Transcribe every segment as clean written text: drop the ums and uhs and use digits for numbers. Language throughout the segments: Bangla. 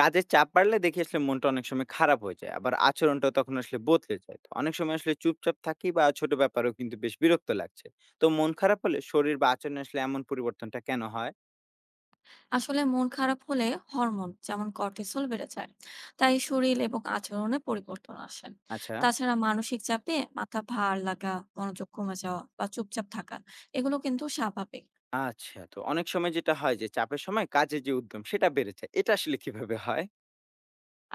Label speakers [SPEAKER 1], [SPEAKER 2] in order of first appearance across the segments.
[SPEAKER 1] কাজের চাপ বাড়লে দেখি আসলে মনটা অনেক সময় খারাপ হয়ে যায়, আবার আচরণটা তখন আসলে বদলে যায়। তো অনেক সময় আসলে চুপচাপ থাকি বা ছোট ব্যাপারেও কিন্তু বেশ বিরক্ত লাগছে। তো মন খারাপ হলে শরীর বা আচরণে আসলে এমন পরিবর্তনটা কেন হয়?
[SPEAKER 2] আসলে মন খারাপ হলে হরমোন যেমন কর্টিসল বেড়ে যায়, তাই শরীর এবং আচরণে পরিবর্তন আসে।
[SPEAKER 1] আচ্ছা।
[SPEAKER 2] তাছাড়া মানসিক চাপে মাথা ভার লাগা, মনোযোগ কমে যাওয়া বা চুপচাপ থাকা, এগুলো কিন্তু স্বাভাবিক।
[SPEAKER 1] আচ্ছা, তো অনেক সময় যেটা হয় যে চাপের সময় কাজের যে উদ্যম সেটা বেড়েছে, এটা আসলে কিভাবে হয়?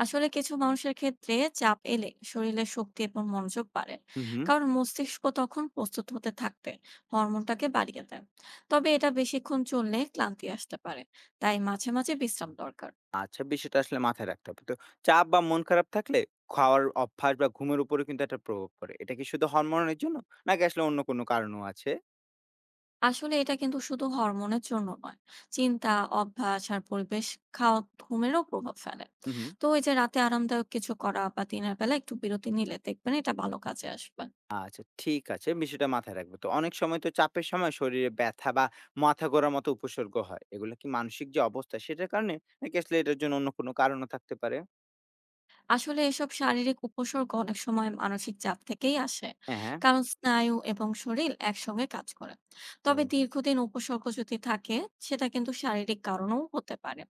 [SPEAKER 2] আসলে কিছু মানুষের ক্ষেত্রে চাপ এলে শরীরে শক্তি এবং মনোযোগ বাড়ে,
[SPEAKER 1] হুম, হুম।
[SPEAKER 2] কারণ মস্তিষ্ক তখন প্রস্তুত হতে থাকতে হরমোনটাকে বাড়িয়ে দেয়। তবে এটা বেশিক্ষণ চললে ক্লান্তি আসতে পারে, তাই মাঝে মাঝে বিশ্রাম দরকার।
[SPEAKER 1] আচ্ছা, বিষয়টা আসলে মাথায় রাখতে হবে। তো চাপ বা মন খারাপ থাকলে খাওয়ার অভ্যাস বা ঘুমের উপরে কিন্তু একটা প্রভাব পড়ে, এটা কি শুধু হরমোনের জন্য, নাকি আসলে অন্য কোনো কারণও আছে?
[SPEAKER 2] আসলে এটা কিন্তু শুধু হরমোনের জন্য নয়, চিন্তা, অভ্যাস আর পরিবেশ, খাওয়া ঘুমেরও প্রভাব ফেলে।
[SPEAKER 1] হুম, হুম।
[SPEAKER 2] তো এই যে রাতে আরামদায়ক কিছু করা বা দিনের বেলা একটু বিরতি নিলে দেখবেন এটা ভালো কাজে আসবে।
[SPEAKER 1] আচ্ছা, ঠিক আছে, বিষয়টা মাথায় রাখবো। তো অনেক সময় তো চাপের সময় শরীরে ব্যথা বা মাথা ঘোরার মতো উপসর্গ হয়। এগুলো কি মানসিক যে অবস্থা সেটার কারণে? নাকি আসলে এটার জন্য অন্য কোনো কারণও থাকতে পারে?
[SPEAKER 2] আসলে এসব শারীরিক উপসর্গ অনেক সময় মানসিক চাপ থেকেই আসে,
[SPEAKER 1] হ্যাঁ, হ্যাঁ।
[SPEAKER 2] কারণ স্নায়ু এবং শরীর একসঙ্গে কাজ করে। তবে
[SPEAKER 1] হুম।
[SPEAKER 2] দীর্ঘদিন উপসর্গ যদি থাকে, সেটা কিন্তু শারীরিক কারণেও হতে পারে।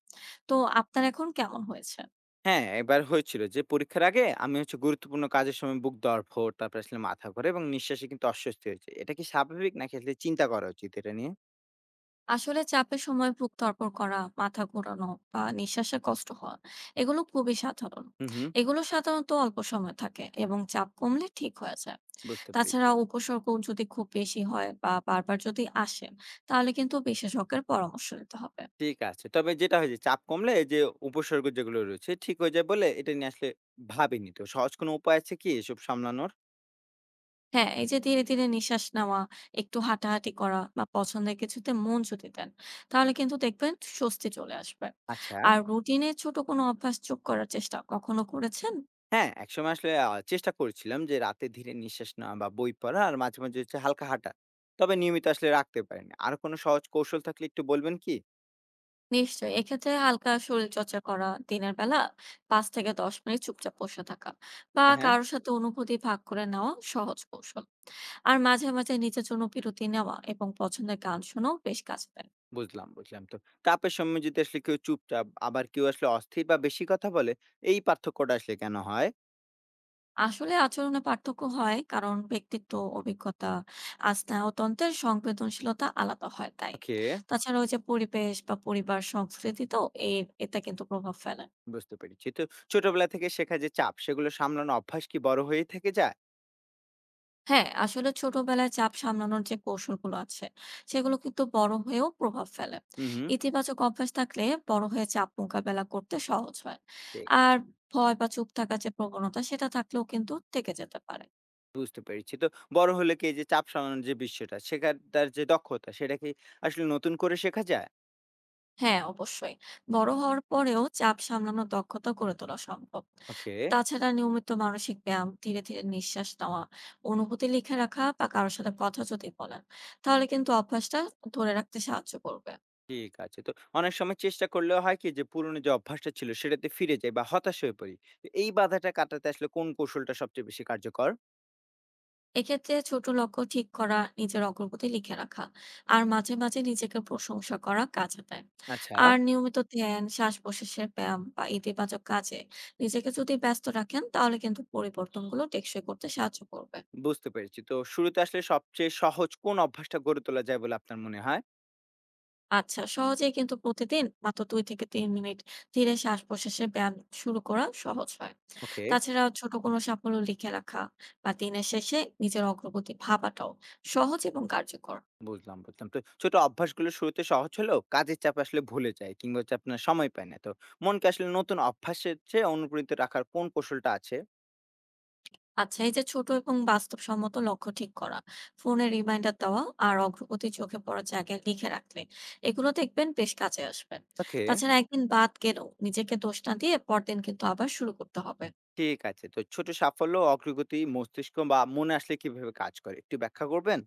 [SPEAKER 2] তো আপনার এখন কেমন হয়েছে?
[SPEAKER 1] হ্যাঁ, এবার হয়েছিল যে পরীক্ষার আগে আমি হচ্ছে গুরুত্বপূর্ণ কাজের সময় বুক ধড়ফড়, তারপরে আসলে মাথা ঘোরা এবং নিঃশ্বাসে কিন্তু অস্বস্তি হয়েছে। এটা কি স্বাভাবিক, নাকি আসলে চিন্তা করা উচিত এটা নিয়ে?
[SPEAKER 2] আসলে চাপের সময় বুক ধড়ফড় করা, মাথা ঘোরানো বা নিঃশ্বাসে কষ্ট হওয়া, এগুলো খুবই সাধারণ।
[SPEAKER 1] হুম, হুম,
[SPEAKER 2] এগুলো সাধারণত অল্প সময় থাকে এবং চাপ কমলে ঠিক হয়ে যায়।
[SPEAKER 1] বুঝতে
[SPEAKER 2] তাছাড়া
[SPEAKER 1] পেরেছি।
[SPEAKER 2] উপসর্গ যদি খুব বেশি হয় বা বারবার যদি আসে, তাহলে কিন্তু বিশেষজ্ঞের পরামর্শ নিতে হবে।
[SPEAKER 1] ঠিক আছে। তবে যেটা হয় যে চাপ কমলে এই যে উপসর্গ যেগুলো রয়েছে ঠিক হয়ে যায় বলে এটা নিয়ে আসলে ভাবিনি। তো সহজ কোনো উপায় আছে কি এসব সামলানোর?
[SPEAKER 2] হ্যাঁ, এই যে ধীরে ধীরে নিঃশ্বাস নেওয়া, একটু হাঁটাহাঁটি করা বা পছন্দের কিছুতে মন যদি দেন, তাহলে কিন্তু দেখবেন স্বস্তি চলে আসবে।
[SPEAKER 1] আচ্ছা।
[SPEAKER 2] আর রুটিনে ছোট কোনো অভ্যাস যোগ করার চেষ্টা কখনো করেছেন?
[SPEAKER 1] হ্যাঁ, একসময় আসলে চেষ্টা করেছিলাম যে রাতে ধীরে নিঃশ্বাস নেওয়া বা বই পড়া আর মাঝে, মাঝে হচ্ছে হালকা হাঁটা। তবে নিয়মিত আসলে রাখতে পারিনি। আর কোনো সহজ কৌশল থাকলে একটু বলবেন কি?
[SPEAKER 2] নিশ্চয়ই। এক্ষেত্রে হালকা শরীরচর্চা করা, দিনের বেলা ৫ থেকে ১০ মিনিট চুপচাপ বসে থাকা বা
[SPEAKER 1] হ্যাঁ, হ্যাঁ,
[SPEAKER 2] কারো সাথে অনুভূতি ভাগ করে নেওয়া সহজ কৌশল। আর মাঝে, মাঝে নিজের জন্য বিরতি নেওয়া এবং পছন্দের গান শোনাও বেশ কাজে দেয়।
[SPEAKER 1] বুঝলাম, বুঝলাম। তো চাপের সময় যদি আসলে কেউ চুপচাপ আবার কেউ আসলে অস্থির বা বেশি কথা বলে, এই পার্থক্যটা আসলে কেন হয়?
[SPEAKER 2] আসলে আচরণে পার্থক্য হয় কারণ ব্যক্তিত্ব, অভিজ্ঞতা আর স্নায়ুতন্ত্রের সংবেদনশীলতা আলাদা হয় তাই।
[SPEAKER 1] ওকে,
[SPEAKER 2] তাছাড়া ওই যে পরিবেশ বা পরিবার সংস্কৃতিতেও এর এটা কিন্তু প্রভাব ফেলে।
[SPEAKER 1] বুঝতে পেরেছি। তো ছোটবেলা থেকে শেখা যে চাপ, সেগুলো সামলানো অভ্যাস কি বড় হয়েই থেকে যায়?
[SPEAKER 2] হ্যাঁ, আসলে ছোটবেলায় চাপ সামলানোর যে কৌশলগুলো আছে, সেগুলো কিন্তু বড় হয়েও প্রভাব ফেলে।
[SPEAKER 1] হুম, হুম।
[SPEAKER 2] ইতিবাচক অভ্যাস থাকলে বড় হয়ে চাপ মোকাবেলা করতে সহজ হয়।
[SPEAKER 1] ঠিক
[SPEAKER 2] আর
[SPEAKER 1] আছে।
[SPEAKER 2] ভয় বা চুপ থাকার যে প্রবণতা, সেটা থাকলেও কিন্তু থেকে যেতে পারে।
[SPEAKER 1] বুঝতে পেরেছি। তো বড় হলে কি এই যে চাপ সামলানোর যে বিষয়টা, শেখার তার যে দক্ষতা সেটা কি আসলে নতুন করে শেখা যায়?
[SPEAKER 2] হ্যাঁ, অবশ্যই। বড় হওয়ার পরেও চাপ সামলানোর দক্ষতা গড়ে তোলা সম্ভব।
[SPEAKER 1] ওকে,
[SPEAKER 2] তাছাড়া নিয়মিত মানসিক ব্যায়াম, ধীরে, ধীরে নিঃশ্বাস নেওয়া, অনুভূতি লিখে রাখা বা কারো সাথে কথা যদি বলেন, তাহলে কিন্তু অভ্যাসটা ধরে রাখতে সাহায্য করবে।
[SPEAKER 1] ঠিক আছে। তো অনেক সময় চেষ্টা করলেও হয় কি যে পুরনো যে অভ্যাসটা ছিল সেটাতে ফিরে যাই বা হতাশ হয়ে পড়ি। তো এই বাধাটা কাটাতে আসলে কোন কৌশলটা সবচেয়ে বেশি কার্যকর?
[SPEAKER 2] এক্ষেত্রে ছোট লক্ষ্য ঠিক করা, নিজের অগ্রগতি লিখে রাখা আর মাঝে মাঝে নিজেকে প্রশংসা করা কাজে দেয়।
[SPEAKER 1] আচ্ছা।
[SPEAKER 2] আর নিয়মিত ধ্যান, শ্বাস-প্রশ্বাসের ব্যায়াম বা ইতিবাচক কাজে নিজেকে যদি ব্যস্ত রাখেন, তাহলে কিন্তু পরিবর্তনগুলো টেকসই করতে সাহায্য করবে।
[SPEAKER 1] বুঝতে পেরেছি। তো শুরুতে আসলে সবচেয়ে সহজ কোন অভ্যাসটা গড়ে তোলা যায় বলে আপনার মনে হয়?
[SPEAKER 2] আচ্ছা, সহজেই কিন্তু প্রতিদিন মাত্র ২ থেকে ৩ মিনিট ধীরে শ্বাস-প্রশ্বাসের ব্যায়াম শুরু করা সহজ হয়।
[SPEAKER 1] ওকে।
[SPEAKER 2] তাছাড়া ছোট কোনো সাফল্য লিখে রাখা বা দিনের শেষে নিজের অগ্রগতি ভাবাটাও সহজ এবং কার্যকর।
[SPEAKER 1] বুঝলাম, বুঝলাম। তো ছোট অভ্যাসগুলো শুরুতে সহজ হলেও কাজের চাপে আসলে ভুলে যায় কিংবা হচ্ছে আপনার সময় পায় না। তো মনকে আসলে নতুন অভ্যাসের চেয়ে অনুপ্রাণিত রাখার কোন কৌশলটা আছে?
[SPEAKER 2] আচ্ছা, এই যে ছোট এবং বাস্তবসম্মত লক্ষ্য ঠিক করা, ফোনে রিমাইন্ডার দেওয়া আর অগ্রগতি চোখে পড়ার জায়গায় লিখে রাখলে, এগুলো দেখবেন বেশ কাজে আসবে।
[SPEAKER 1] ওকে।
[SPEAKER 2] তাছাড়া একদিন বাদ গেলেও নিজেকে দোষ না দিয়ে পরদিন কিন্তু আবার শুরু করতে হবে।
[SPEAKER 1] ঠিক আছে। তো ছোট সাফল্য, ও অগ্রগতি, মস্তিষ্ক বা মনে আসলে কিভাবে কাজ করে একটু ব্যাখ্যা করবেন?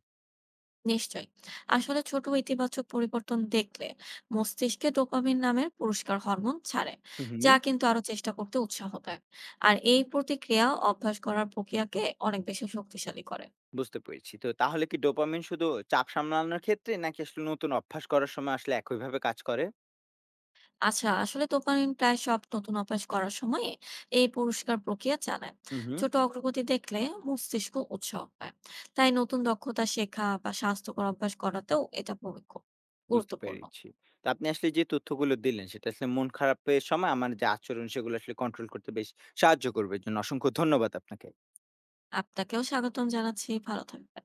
[SPEAKER 2] নিশ্চয়ই। আসলে ছোট ইতিবাচক পরিবর্তন দেখলে মস্তিষ্কে ডোপামিন নামের পুরস্কার হরমোন ছাড়ে,
[SPEAKER 1] হুম, হুম।
[SPEAKER 2] যা কিন্তু আরো চেষ্টা করতে উৎসাহ দেয়। আর এই প্রতিক্রিয়া অভ্যাস করার প্রক্রিয়াকে অনেক বেশি শক্তিশালী করে।
[SPEAKER 1] বুঝতে পেরেছি। তো তাহলে কি ডোপামিন শুধু চাপ সামলানোর ক্ষেত্রে, নাকি আসলে নতুন অভ্যাস করার সময় আসলে একইভাবে কাজ করে?
[SPEAKER 2] আচ্ছা, আসলে ডোপামিন প্রায় সব নতুন অভ্যাস করার সময় এই পুরস্কার প্রক্রিয়া চালায়।
[SPEAKER 1] হুম, হুম।
[SPEAKER 2] ছোট অগ্রগতি দেখলে মস্তিষ্ক উৎসাহ পায়, তাই নতুন দক্ষতা শেখা বা স্বাস্থ্যকর অভ্যাস করাতেও এটা ভূমিকা
[SPEAKER 1] বুঝতে
[SPEAKER 2] গুরুত্বপূর্ণ।
[SPEAKER 1] পেরেছি। তো আপনি আসলে যে তথ্যগুলো দিলেন সেটা আসলে মন খারাপের সময় আমার যে আচরণ সেগুলো আসলে কন্ট্রোল করতে বেশ সাহায্য করবে। এর জন্য অসংখ্য ধন্যবাদ আপনাকে।
[SPEAKER 2] আপনাকেও স্বাগতম জানাচ্ছি, ভালো থাকবেন।